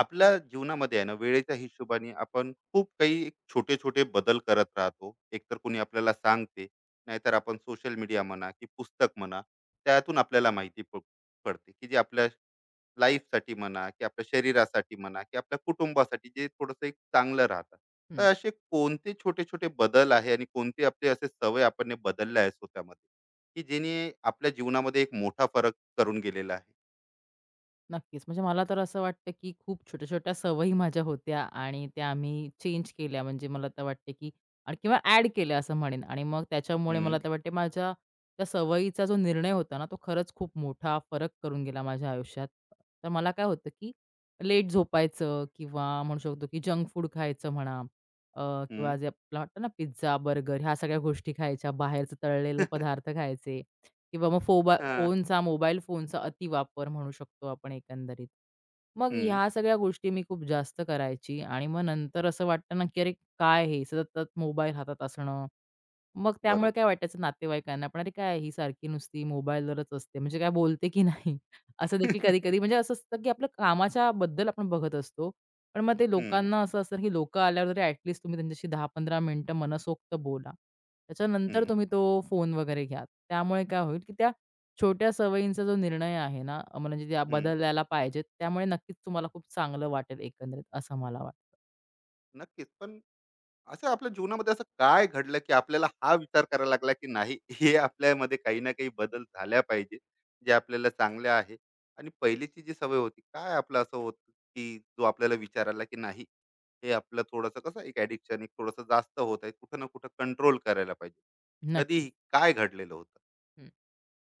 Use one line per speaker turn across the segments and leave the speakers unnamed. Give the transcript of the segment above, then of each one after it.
आपल्या जीवनामध्ये आहे ना वेळेच्या हिशोबाने आपण खूप काही एक छोटे छोटे बदल करत राहतो. एकतर कोणी आपल्याला सांगते नाहीतर आपण सोशल मीडिया म्हणा की पुस्तक म्हणा त्यातून आपल्याला माहिती पडते की जे आपल्या लाईफसाठी म्हणा की आपल्या शरीरासाठी म्हणा की आपल्या कुटुंबासाठी जे थोडंसं एक चांगलं राहतं.
हं,
तर असे कोणते छोटे छोटे बदल आहे आणि कोणते आपले असे सवय आपण बदलले आहे स्वतःमध्ये की जेणे आपल्या जीवनामध्ये एक मोठा फरक करून गेलेला आहे.
नक्कीच. म्हणजे मला तर असं वाटतं, की खूप छोट्या-छोट्या सवयी माझ्या होत्या आणि त्या आम्ही चेंज केल्या. म्हणजे मला तर वाटते, की आणि किंवा ॲड केल्या असं म्हणेन आणि मग त्याच्यामुळे मला
हम्म.
तर वाटते माझ्या त्या सवयीचा जो निर्णय होता ना, तो खरंच खूप मोठा फरक करून गेला माझ्या आयुष्यात. तर मला काय होतं, की लेट झोपायचं किंवा म्हणू शकतो, की जंक फूड खायचं म्हणा अ, किंवा
हम्म.
जे आपलं वाटतं ना पिझ्झा, बर्गर ह्या सगळ्या गोष्टी खायच्या, बाहेरचं तळलेलं पदार्थ खायचे. किंवा मग
हा.
फोनचा, मोबाईल फोनचा अतिवापर म्हणू शकतो आपण एकंदरीत. मग
हम्म.
ह्या सगळ्या गोष्टी मी खूप जास्त करायची आणि मग नंतर असं वाटतं ना, की अरे काय हे सतत मोबाईल हातात असणं. मग त्यामुळे
बरोबर.
काय वाटायचं नातेवाईकांना पण, "अरे काय ही सारखी नुसती मोबाईलवरच असते, म्हणजे काय बोलते की नाही?" असं देखील कधी-कधी म्हणजे असं असतं, की आपलं कामाच्या बद्दल आपण बघत असतो. पण मग ते
हं,
लोकांना असं असतं, की लोकं आल्यावर तरी ॲटलीस्ट तुम्ही त्यांच्याशी 10-15 मिनिटं मनसोक्त बोला. त्याच्यानंतर
हं,
तुम्ही तो फोन वगैरे घ्या. त्यामुळे काय होईल, की त्या छोट्या सवयींचा जो निर्णय आहे ना, म्हणजे त्या
हं.
बदलायला पाहिजेत. त्यामुळे नक्कीच तुम्हाला खूप चांगलं वाटेल एकंदरीत असं मला वाटतं.
नक्कीच. पण असं आपल्या जीवनामध्ये असं काय घडलं, की आपल्याला हा विचार करायला लागला, की नाही हे आपल्यामध्ये काही ना काही बदल झाल्या पाहिजे, जे आपल्याला चांगले आहे आणि पहिलीची जी सवय होती, काय आपलं असं होतं, की जो आपल्याला विचार आला, की नाही हे आपलं थोडंसं कसं एक ॲडिक्शन एक थोडंसं जास्त होत आहे, कुठं ना कुठं कंट्रोल करायला पाहिजे. कधी
नक्कीच.
काय घडलेलं होतं?
हं.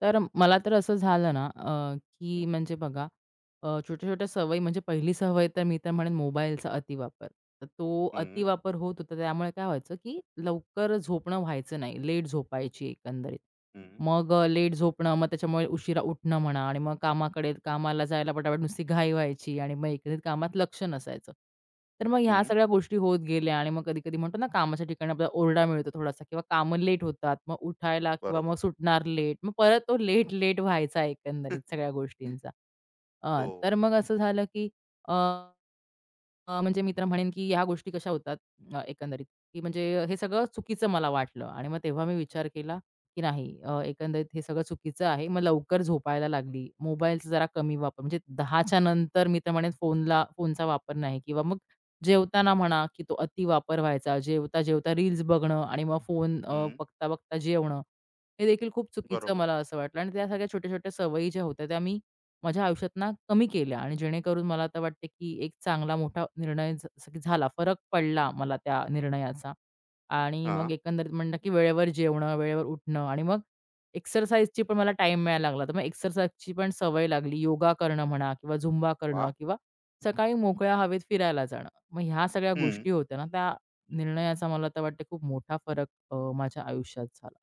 तर मला तर असं झालं ना, की
हं,
म्हणजे बघा छोट्या-छोट्या सवयी म्हणजे पहिली सवय तर मी तर म्हणेन मोबाईलचा अतिवापर. तर तो
हं,
अतिवापर होत होता त्यामुळे काय व्हायचं, की लवकर झोपणं व्हायचं नाही, लेट झोपायची एकंदरीत.
हं,
मग लेट झोपणं, मग त्याच्यामुळे उशिरा उठणं म्हणा आणि मग कामाकडे कामाला जायला पटापट नुसती घाई व्हायची आणि मग एकंदरीत कामात लक्ष नसायचं. तर मग ह्या
हं.
सगळ्या गोष्टी होत गेल्या आणि मग कधी-कधी म्हणतो ना कामाच्या ठिकाणी आपल्याला ओरडा मिळतो थोडासा किंवा कामं लेट होतात. मग उठायला किंवा मग
बरोबर.
सुटणार लेट. मग परत तो लेट, लेट व्हायचा एकंदरीत सगळ्या गोष्टींचा.
हो.
तर मग असं झालं की अ अ, म्हणजे मी तर म्हणेन, की ह्या गोष्टी कशा होतात एकंदरीत, की म्हणजे हे सगळं चुकीचं मला वाटलं आणि मग तेव्हा मी विचार केला, की नाही एकंदरीत हे सगळं चुकीचं आहे. मग लवकर झोपायला लागली. मोबाईलचा जरा कमी वापर म्हणजे 10च्या नंतर मी तर म्हणेन फोनला फोनचा वापर नाही किंवा मग जेवताना म्हणा, की तो अति वापर व्हायचा. जेवता-जेवता रील्स बघणं आणि मग फोन
हं.
बघता-बघता जेवणं. हे देखील खूप चुकीचं
बरोबर.
मला असं वाटलं आणि त्या सगळ्या छोट्या-छोट्या सवयी ज्या होत्या त्या मी माझ्या आयुष्यात ना कमी केल्या आणि जेणेकरून मला आता वाटते की एक चांगला मोठा निर्णय जसं की झाला, फरक पडला मला त्या निर्णयाचा. आणि मग
हां.
एकंदरीत म्हणलं की वेळेवर जेवणं, वेळेवर उठणं आणि मग एक्सरसाइजची पण मला टाईम मिळायला लागला. तर मग एक्सरसाइजची पण सवय लागली. योगा करणं म्हणा किंवा झुंबा करणं
वाह!
किंवा सकाळी मोकळ्या हवेत फिरायला जाणं. मग ह्या सगळ्या गोष्टी होत्या ना, त्या निर्णयाचा मला तर वाटते खूप मोठा फरक माझ्या आयुष्यात झाला.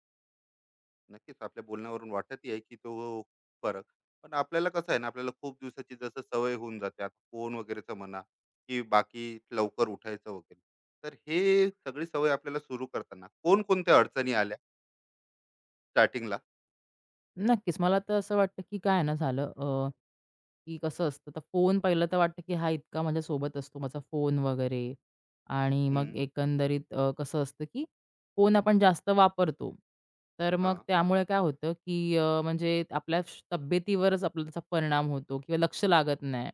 नक्कीच आपल्या बोलण्यावरून वाटतही आहे की तो फरक. पण आपल्याला कसं आहे ना आपल्याला खूप दिवसाची जसं सवय होऊन जाते आता फोन वगैरेचं म्हणा की बाकी लवकर उठायचं वगैरे. तर हे सगळी सवय आपल्याला सुरू करताना कोणकोणत्या अडचणी आल्या स्टार्टिंगला.
नक्कीच. मला तर असं वाटतं की काय ना झालं की कसं असतं, तर फोन पहिलं तर वाटतं, की हा इतका माझ्या सोबत असतो, माझा फोन वगैरे आणि मग
हम्म,
एकंदरीत कसं असतं, की फोन आपण जास्त वापरतो. तर मग
हा.
त्यामुळे काय होतं, की म्हणजे आपल्या तब्येतीवरच आपला त्याचा परिणाम होतो किंवा लक्ष लागत नाही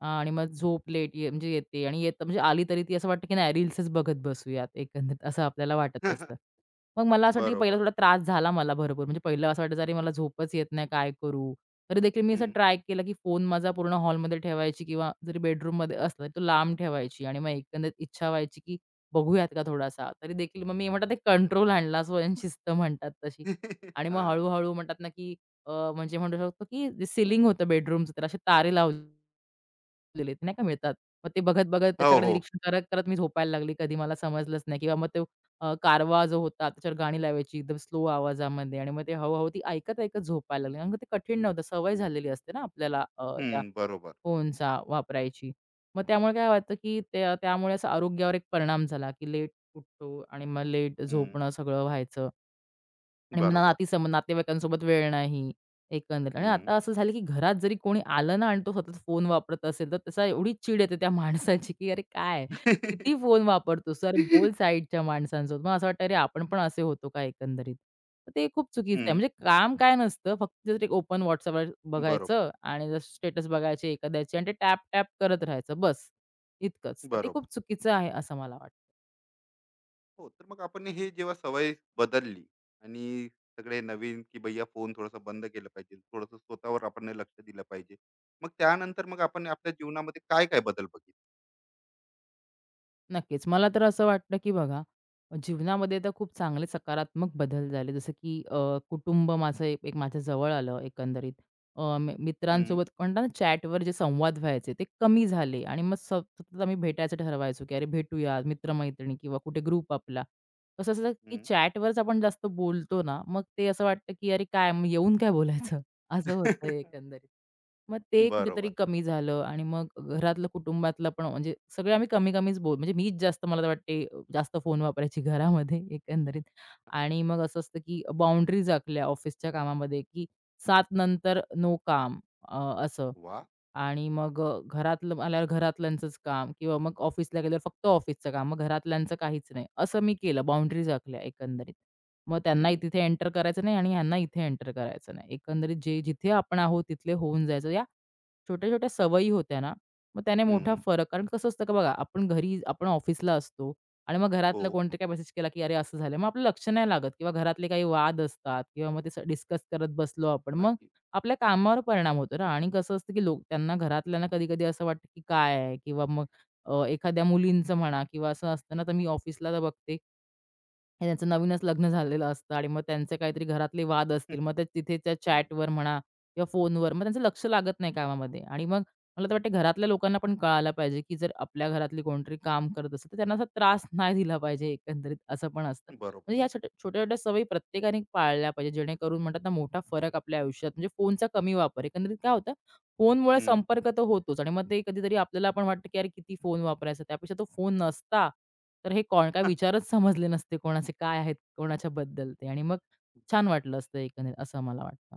आणि मग झोप लेट म्हणजे येते आणि येतं म्हणजे आली तरी ती असं वाटतं, की नाही रील्सच बघत बसूयात एकंदरीत असं आपल्याला वाटत असतं. मग मला असं वाटतं, की पहिला
बरोबर.
थोडा त्रास झाला मला भरपूर. म्हणजे पहिलं असं वाटायचं, अरे मला झोपच येत नाही, काय करू? तरी देखील मी असं
हम्म.
ट्राय केलं, की फोन माझा पूर्ण हॉलमध्ये ठेवायची किंवा जरी बेडरूममध्ये असला तरी तो लांब ठेवायची आणि मग एकंदरीत इच्छा व्हायची, की बघूयात का थोडासा? तरी देखील मग मी म्हणतात एक कंट्रोल आणला स्वयंशिस्त म्हणतात तशी. आणि मग
हा.
हळू-हळू म्हणतात ना, की म्हणजे म्हणू शकतो, की जे सीलिंग होतं बेडरूमचं तर असे तारे लावलेले ते नाही का मिळतात. मग ते बघत-बघत
हो
त्याच्याकडे
हो.
निरीक्षण करत-करत मी झोपायला लागली. कधी मला समजलंच नाही किंवा मग ते कारवा जो होता त्याच्यावर गाणी लावायची एकदम स्लो आवाजामध्ये आणि मग ते हळू ती ऐकत-ऐकत झोपायला लागली. कारण का ते कठीण नव्हतं. सवय झालेली असते ना आपल्याला त्या
हम्म, बरोबर.
फोनचा वापरायची. मग त्यामुळे काय वाटतं, की त्या त्यामुळे असा आरोग्यावर एक परिणाम झाला, की लेट उठतो आणि मग लेट
हम्म,
झोपणं सगळं व्हायचं. आणि मग
बरोबर.
नातेवाईकांसोबत वेळ नाही, एकंदरीत. आणि
हम्म.
आता असं झालं की घरात जरी कोणी आलं ना आणि तो सतत फोन वापरत असेल, तर त्याचा एवढी चीड येते त्या माणसाची, की "अरे काय? किती फोन वापरतोस? अरे बोल साइडच्या माणसांसोबत." मग असं वाटतं, "अरे आपण पण असे होतो का एकंदरीत?" तर ते खूप चुकीचं आहे.
हम्म,
म्हणजे काम काय नसतं, फक्त जर एक ओपन WhatsAppवर
बरोबर.
बघायचं आणि स्टेटस बघायचे एखाद्याचे आणि ते टॅप-टॅप करत राहायचं बस, इतकंच. तर ते
बरोबर.
खूप चुकीचं आहे असं मला वाटतं.
हो तर मग आपण हे जेव्हा सवय बदलली आणि सगळे नवीन की भैया फोन थोडासा बंद केला पाहिजे थोडस स्वतःवर आपण लक्ष दिलं पाहिजे मग त्यानंतर मग आपण आपल्या जीवनामध्ये काय काय बदल बघितले.
नक्कीच. मला तर असं वाटतं, की बघा जीवनामध्ये तर खूप चांगले सकारात्मक बदल झाले. जसं की कुटुंब माझं एक एक माझ्या जवळ आलं एकंदरीत. अ, मि
हम्म,
मित्रांसोबत म्हणतात ना चॅटवर जे संवाद व्हायचे ते कमी झाले आणि मग सतत आम्ही भेटायचं ठरवायचो, की अरे भेटूया मित्र किंवा कुठे ग्रुप आपला. कसं असतं की
हम्म.
चॅटवरच आपण जास्त बोलतो ना, मग ते असं वाटतं, की अरे काय मग येऊन काय बोलायचं? असं होतं एकंदरीत. मग ते कुठेतरी
बरोबर.
कमी झालं आणि मग घरातलं, कुटुंबातलं पण म्हणजे सगळे आम्ही कमी-कमीच बोल म्हणजे मीच जास्त मला तर वाटते जास्त फोन वापरायची घरामध्ये एकंदरीत. आणि मग असं असतं, की बाउंडरीज आखल्या ऑफिसच्या कामामध्ये, की सात नंतर नो काम असं.
वा.
आणि मग घरातलं आल्यावर घरातल्यांचंच काम किंवा मग ऑफिसला गेल्यावर फक्त ऑफिसचं काम, मग घरातल्यांचं काहीच नाही. असं मी केलं, बाउंडरीज आखल्या एकंदरीत. मग त्यांनाही
हम्म,
तिथे एंटर करायचं नाही आणि ह्यांना इथे एंटर करायचं नाही. एकंदरीत जे जिथे आपण आहोत तिथले होऊन जायचं. या छोट्या-छोट्या सवयी होत्या ना, मग त्याने मोठा
हम्म.
फरक कारण कसं असतं का बघा, आपण घरी आपण ऑफिसला असतो आणि मग
हो.
घरातलं कोणतरी काही मेसेज केला, की "अरे, असं झालं." मग आपलं लक्ष नाही लागत किंवा घरातले काही वाद असतात किंवा मग ते डिस्कस करत बसलो आपण. मग
नक्की.
आपल्या कामावर परिणाम होतो ना आणि कसं असतं, की लोक त्यांना घरातल्यांना कधी-कधी असं वाटतं, की काय आहे? किंवा मग एखाद्या मुलींचं म्हणा किंवा असं असतं ना, तर मी ऑफिसला तर बघते, हे त्यांचं नवीनच लग्न झालेलं असतं आणि मग त्यांचे काहीतरी घरातले वाद असतील. मग ते तिथे त्या
हम्म,
चॅटवर म्हणा किंवा फोनवर मग त्यांचं लक्ष लागत नाही कामामध्ये आणि मग मला तर वाटतं घरातल्या लोकांना पण कळायला पाहिजे, की जर आपल्या घरातली कोणतरी काम करत असेल, तर त्यांना असा त्रास नाही दिला पाहिजे एकंदरीत असं पण असतं.
बरोबर.
म्हणजे ह्या छोट्या-छोट्या सवयी प्रत्येकाने पाळल्या पाहिजे जेणेकरून म्हणतात ना मोठा फरक आपल्या आयुष्यात म्हणजे फोनचा कमी वापर. एकंदरीत काय होतं फोनमुळे
हम्म.
संपर्क तर होतोच आणि मग ते कधीतरी आपल्याला पण वाटतं, की अरे किती फोन वापरायचा? त्यापेक्षा तो फोन नसता तर हे कोण काय विचारच समजले नसते कोणाचे काय आहेत, कोणाच्याबद्दल ते आणि मग छान वाटलं असतं एकंदरीत असं मला वाटतं.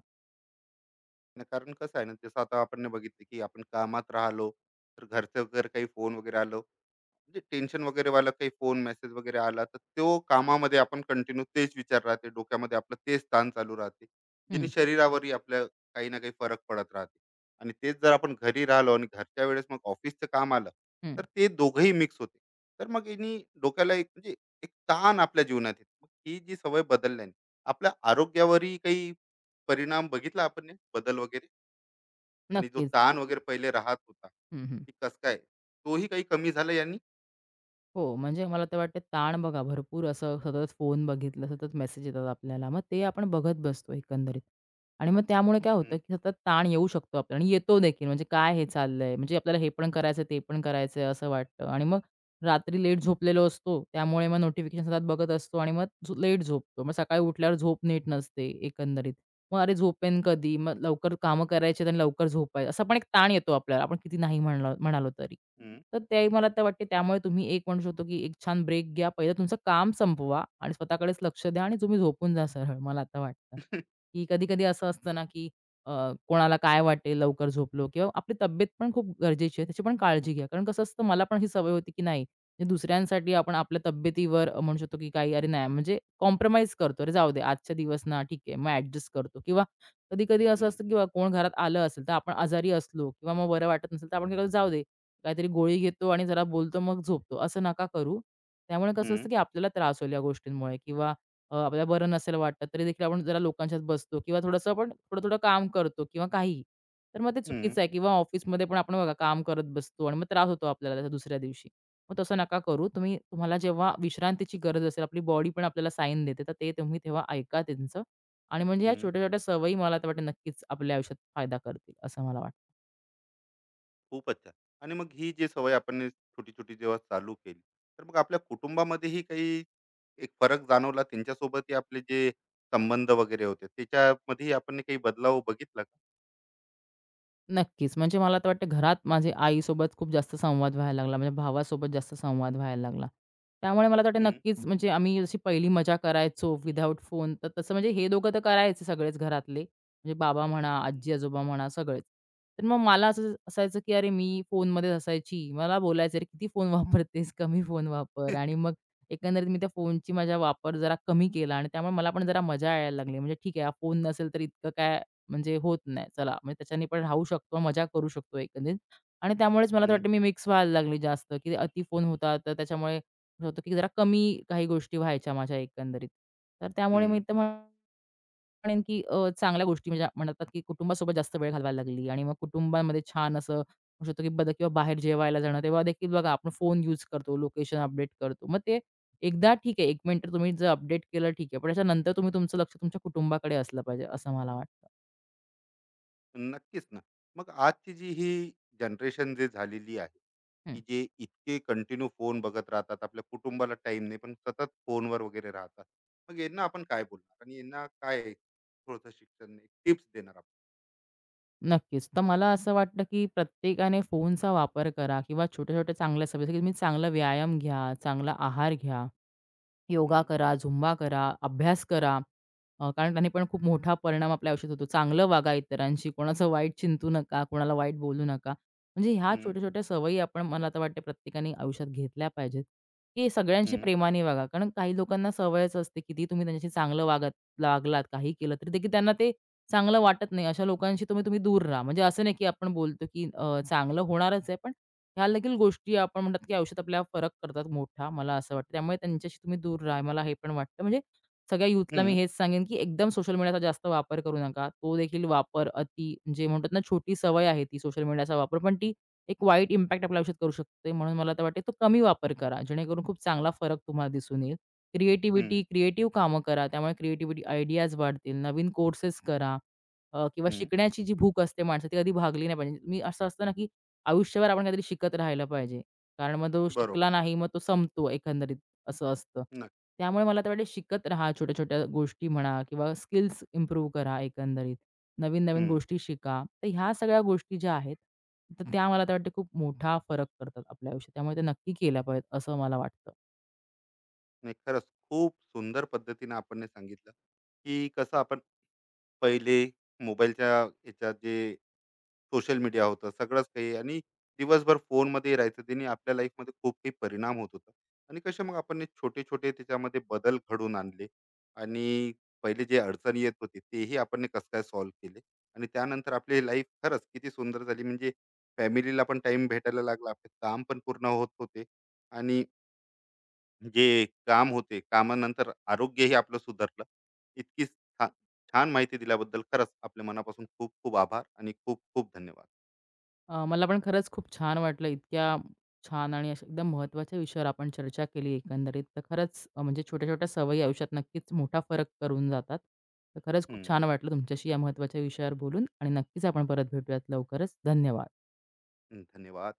न कारण कसं आहे ना जसं आता आपण ने बघितलं की आपण कामात राहिलो तर घरचं वगैरे काही फोन वगैरे आलो म्हणजे टेन्शन वगैरे वाला काही फोन मेसेज वगैरे आला तर तो कामामध्ये आपण कंटिन्यू तेच विचार राहते डोक्यामध्ये आपलं तेच ताण चालू राहते ज्याने
हं,
शरीरावरही आपल्या काही ना काही फरक पडत राहते. आणि तेच जर आपण घरी राहिलो आणि घरच्या वेळेस मग ऑफिसचं काम आलं
हं.
तर ते दोघंही मिक्स होते तर मग यांनी डोक्याला एक म्हणजे एक ताण आपल्या जीवनात येते. मग ही जी सवय बदलल्याने आपल्या आरोग्यावरही काही परिणाम बघितला आपण हे? बदल वगैरे आणि जो
नक्कीच.
ताण वगैरे पहिले राहत होता
हं, हं.
की कस काय तोही काही कमी झाला यांनी.
हो, म्हणजे मला तर वाटतं ताण बघा भरपूर असं सतत फोन बघितलं, सतत मेसेज येतात आपल्याला. मग ते आपण बघत बसतो एकंदरीत. आणि मग त्यामुळे काय होतं,
हम्म,
की सतत ताण येऊ शकतो आपल्याला आणि येतो देखील. म्हणजे काय हे चाललंय? म्हणजे आपल्याला हे पण करायचं, ते पण करायचं असं वाटतं. आणि मग रात्री लेट झोपलेलो असतो, त्यामुळे मग नोटिफिकेशन सतत बघत असतो आणि मग लेट झोपतो. मग सकाळी उठल्यावर झोप नीट नसते एकंदरीत. मग अरे झोपेन कधी? मग लवकर कामं करायची आहेत आणि लवकर झोपायचं. असा पण एक ताण येतो आपल्याला, आपण किती नाही म्हणालो तरी.
हम्म.
तर ते मला तर वाटते त्यामुळे तुम्ही एक म्हणू शकतो, की एक छान ब्रेक घ्या. पहिलं तुमचं काम संपवा आणि स्वतःकडेच लक्ष द्या आणि तुम्ही झोपून जा सरळ, मला आता वाटतं.
हं,
की कधी-कधी असं असतं ना, की अ, कोणाला काय वाटेल लवकर झोपलो किंवा आपली तब्येत पण खूप गरजेची आहे, त्याची पण काळजी घ्या. कारण कसं असतं, मला पण ही सवय होती, की नाही म्हणजे दुसऱ्यांसाठी आपण आपल्या तब्येतीवर म्हणू शकतो की काही अरे नाही म्हणजे कॉम्प्रोमाईज करतो. अरे जाऊ दे आजच्या दिवस ना ठीक आहे. मग ॲडजस्ट करतो किंवा कधी-कधी असं असतं किंवा कोण घरात आलं असेल तर आपण आजारी असलो किंवा मग बरं वाटत नसेल तर आपण काय करतो जाऊ दे. काहीतरी गोळी घेतो आणि जरा बोलतो मग झोपतो. असं नका करू. त्यामुळे कसं
हं,
असतं की आपल्याला त्रास होईल या गोष्टींमुळे किंवा आपल्याला बरं नसेल वाटत तरी देखील आपण जरा लोकांच्यात बसतो किंवा थोडंसं आपण थोडं-थोडं काम करतो किंवा काहीही. तर मग ते
हं,
चुकीचं आहे किंवा ऑफिसमध्ये पण आपण बघा काम करत बसतो आणि मग त्रास होतो आपल्याला त्याचा दुसऱ्या दिवशी. मग तसं नका करू. तुम्ही तुम्हाला जेव्हा विश्रांतीची गरज असेल, आपली बॉडी पण आपल्याला साईन देते, तर ते तुम्ही तेव्हा ऐका त्यांचं आणि म्हणजे या
हं.
छोट्या-छोट्या सवयी मला तर वाटतं नक्कीच आपल्या आयुष्यात फायदा करतील, असं मला वाटतं.
खूपच छान. आणि मग ही जी सवय आपण छोटी छोटी जेव्हा चालू केली तर मग आपल्या कुटुंबामध्येही काही एक फरक जाणवला त्यांच्यासोबत आपले जे संबंध वगैरे होते त्याच्यामध्ये आपण काही बदलाव बघितला का?
नक्कीच. म्हणजे मला तर वाटतं घरात माझे आईसोबत खूप जास्त संवाद व्हायला लागला. म्हणजे भावासोबत जास्त संवाद व्हायला लागला. त्यामुळे मला तर वाटतं
हं,
नक्कीच म्हणजे आम्ही जशी पहिली मजा करायचो विथआऊट फोन, तर तसं म्हणजे हे दोघं तर करायचे सगळेच घरातले. म्हणजे बाबा म्हणा,
हं, हं,
आजी-आजोबा म्हणा सगळेच. तर मग मला असं असायचं, की अरे मी फोनमध्येच असायची. मला बोलायचं, "अरे किती फोन वापरतेस? कमी फोन वापर." आणि मग एकंदरीत मी त्या फोनची माझा वापर जरा कमी केला आणि त्यामुळे मला पण जरा मजा यायला लागली. म्हणजे ठीक आहे फोन नसेल तर इतकं काय म्हणजे होत नाही. चला, म्हणजे त्याच्याने पण राहू शकतो, मजा करू शकतो एकंदरीत. आणि त्यामुळेच मला तर वाटतं मी मिक्स व्हायला लागली जास्त, की अति फोन होता, तर त्याच्यामुळे असं होतं, की जरा कमी काही गोष्टी व्हायच्या माझ्या एकंदरीत. तर त्यामुळे मी
हं.
तर म्हणेन, की चांगल्या गोष्टी म्हणजे म्हणतात, की कुटुंबासोबत जास्त वेळ घालवायला लागली आणि मग कुटुंबामध्ये छान असं म्हणू शकतो, की बदल किंवा बाहेर जेवायला जाणं, तेव्हा देखील बघा आपण फोन यूज करतो, लोकेशन अपडेट करतो. मग ते एकदा ठीक आहे, 1 मिनिट तुम्ही जर अपडेट केलं ठीक आहे, पण त्याच्यानंतर तुम्ही तुमचं लक्ष तुमच्या कुटुंबाकडे असलं पाहिजे, असं मला वाटतं.
नक्कीच ना. मग आजची जी ही जनरेशन जे झालेली आहे,
हं.
की जे इतके कंटिन्यू फोन बघत राहतात, आपल्या कुटुंबाला टाईम नाही, पण सतत फोनवर वगैरे राहतात. मग यांना आपण काय बोलणार आणि यांना काय थोडंसं शिक्षण टिप्स देणार आपण?
नक्कीच. तर मला असं वाटतं, की प्रत्येकाने फोनचा वापर करा किंवा छोट्या-छोट्या चांगल्या सवयी, जसं की तुम्ही चांगला व्यायाम घ्या, चांगला आहार घ्या. योगा
हं,
करा, झुंबा करा, अभ्यास करा. कारण त्याने पण खूप मोठा परिणाम आपल्या आयुष्यात होतो. चांगलं वागा इतरांशी, कोणाचं वाईट चिंतू नका, कोणाला वाईट बोलू नका. म्हणजे ह्या
हं,
छोट्या-छोट्या सवयी आपण मला तर वाटते प्रत्येकाने आयुष्यात घेतल्या पाहिजेत, की सगळ्यांशी
हं,
प्रेमाने वागा. कारण काही लोकांना सवयच असते, किती तुम्ही त्यांच्याशी चांगलं वागलात, काही केलं तरी देखील त्यांना ते चांगलं वाटत नाही. अशा लोकांशी तुम्ही तुम्ही दूर राहा. म्हणजे असं नाही की आपण बोलतो की चांगलं होणारच आहे, पण ह्या देखील गोष्टी आपण म्हणतात, की आयुष्यात आपल्याला फरक करतात मोठा, मला असं वाटतं. त्यामुळे त्यांच्याशी तुम्ही दूर राहा, मला हे पण वाटतं. म्हणजे सगळ्या यूथला मी
हं,
हेच सांगेन, की एकदम सोशल मीडियाचा जास्त वापर करू नका. तो देखील वापर अति जे म्हणतात ना, छोटी सवय आहे ती सोशल मीडियाचा वापर, पण ती एक वाईट इम्पॅक्ट आपल्या आयुष्यात करू शकते. म्हणून मला तर वाटते तो कमी वापर करा, जेणेकरून खूप चांगला फरक तुम्हाला दिसून येईल. क्रिएटिव्हिटी,
हं,
क्रिएटिव्ह कामं करा, त्यामुळे क्रिएटिव्हिटी आयडियाज वाढतील. नवीन कोर्सेस करा किंवा
हं.
शिकण्याची जी भूक असते माणसाची, ती कधी भागली नाही पाहिजे. मी असं असतं ना, की आयुष्यभर आपण काहीतरी शिकत राहायला पाहिजे. कारण मग तो शिकला
बरोबर.
नाही, मग तो संपतो एकंदरीत असं असतं.
नक्की.
त्यामुळे मला तर वाटतं शिकत राहा, छोट्या-छोट्या गोष्टी म्हणा किंवा स्किल्स इम्प्रूव्ह करा एकंदरीत. नवीन-नवीन
हं.
गोष्टी शिका. तर ह्या सगळ्या गोष्टी ज्या आहेत, तर त्या मला तर वाटतं खूप मोठा फरक करतात आपल्या आयुष्यात. त्यामुळे ते नक्की केल्या पाहिजेत असं मला वाटतं.
नाही खरंच खूप सुंदर पद्धतीने आपण हे सांगितलं, की कसं आपण पहिले मोबाईलच्या ह्याच्यात जे सोशल मीडिया होतं, सगळंच काही आणि दिवसभर फोनमध्ये राहायचं. त्याने आपल्या लाईफमध्ये खूप काही परिणाम होत होता आणि कसे मग आपण हे छोटे-छोटे त्याच्यामध्ये बदल घडवून आणले आणि पहिले जे अडचणी येत होती, तेही आपण कसं काय सॉल्व्ह केले आणि त्यानंतर आपली लाईफ खरंच किती सुंदर झाली. म्हणजे फॅमिलीला पण टाईम भेटायला लागला. आपले काम पण पूर्ण होत होते आणि जे काम होते, कामानंतर आरोग्यही आपलं सुधारलं. इतकी छान छान माहिती दिल्याबद्दल खरंच आपल्या मनापासून खूप खूप आभार आणि खूप खूप धन्यवाद.
मला पण खरंच खूप छान वाटलं. इतक्या छान आणि अशा एकदम महत्त्वाच्या विषयावर आपण चर्चा केली एकंदरीत. तर खरंच म्हणजे छोट्या-छोट्या सवयी आयुष्यात नक्कीच मोठा फरक करून जातात. तर खरंच खूप
हं.
छान वाटलं तुमच्याशी या महत्त्वाच्या विषयावर बोलून आणि नक्कीच आपण परत भेटूयात लवकरच. धन्यवाद.
धन्यवाद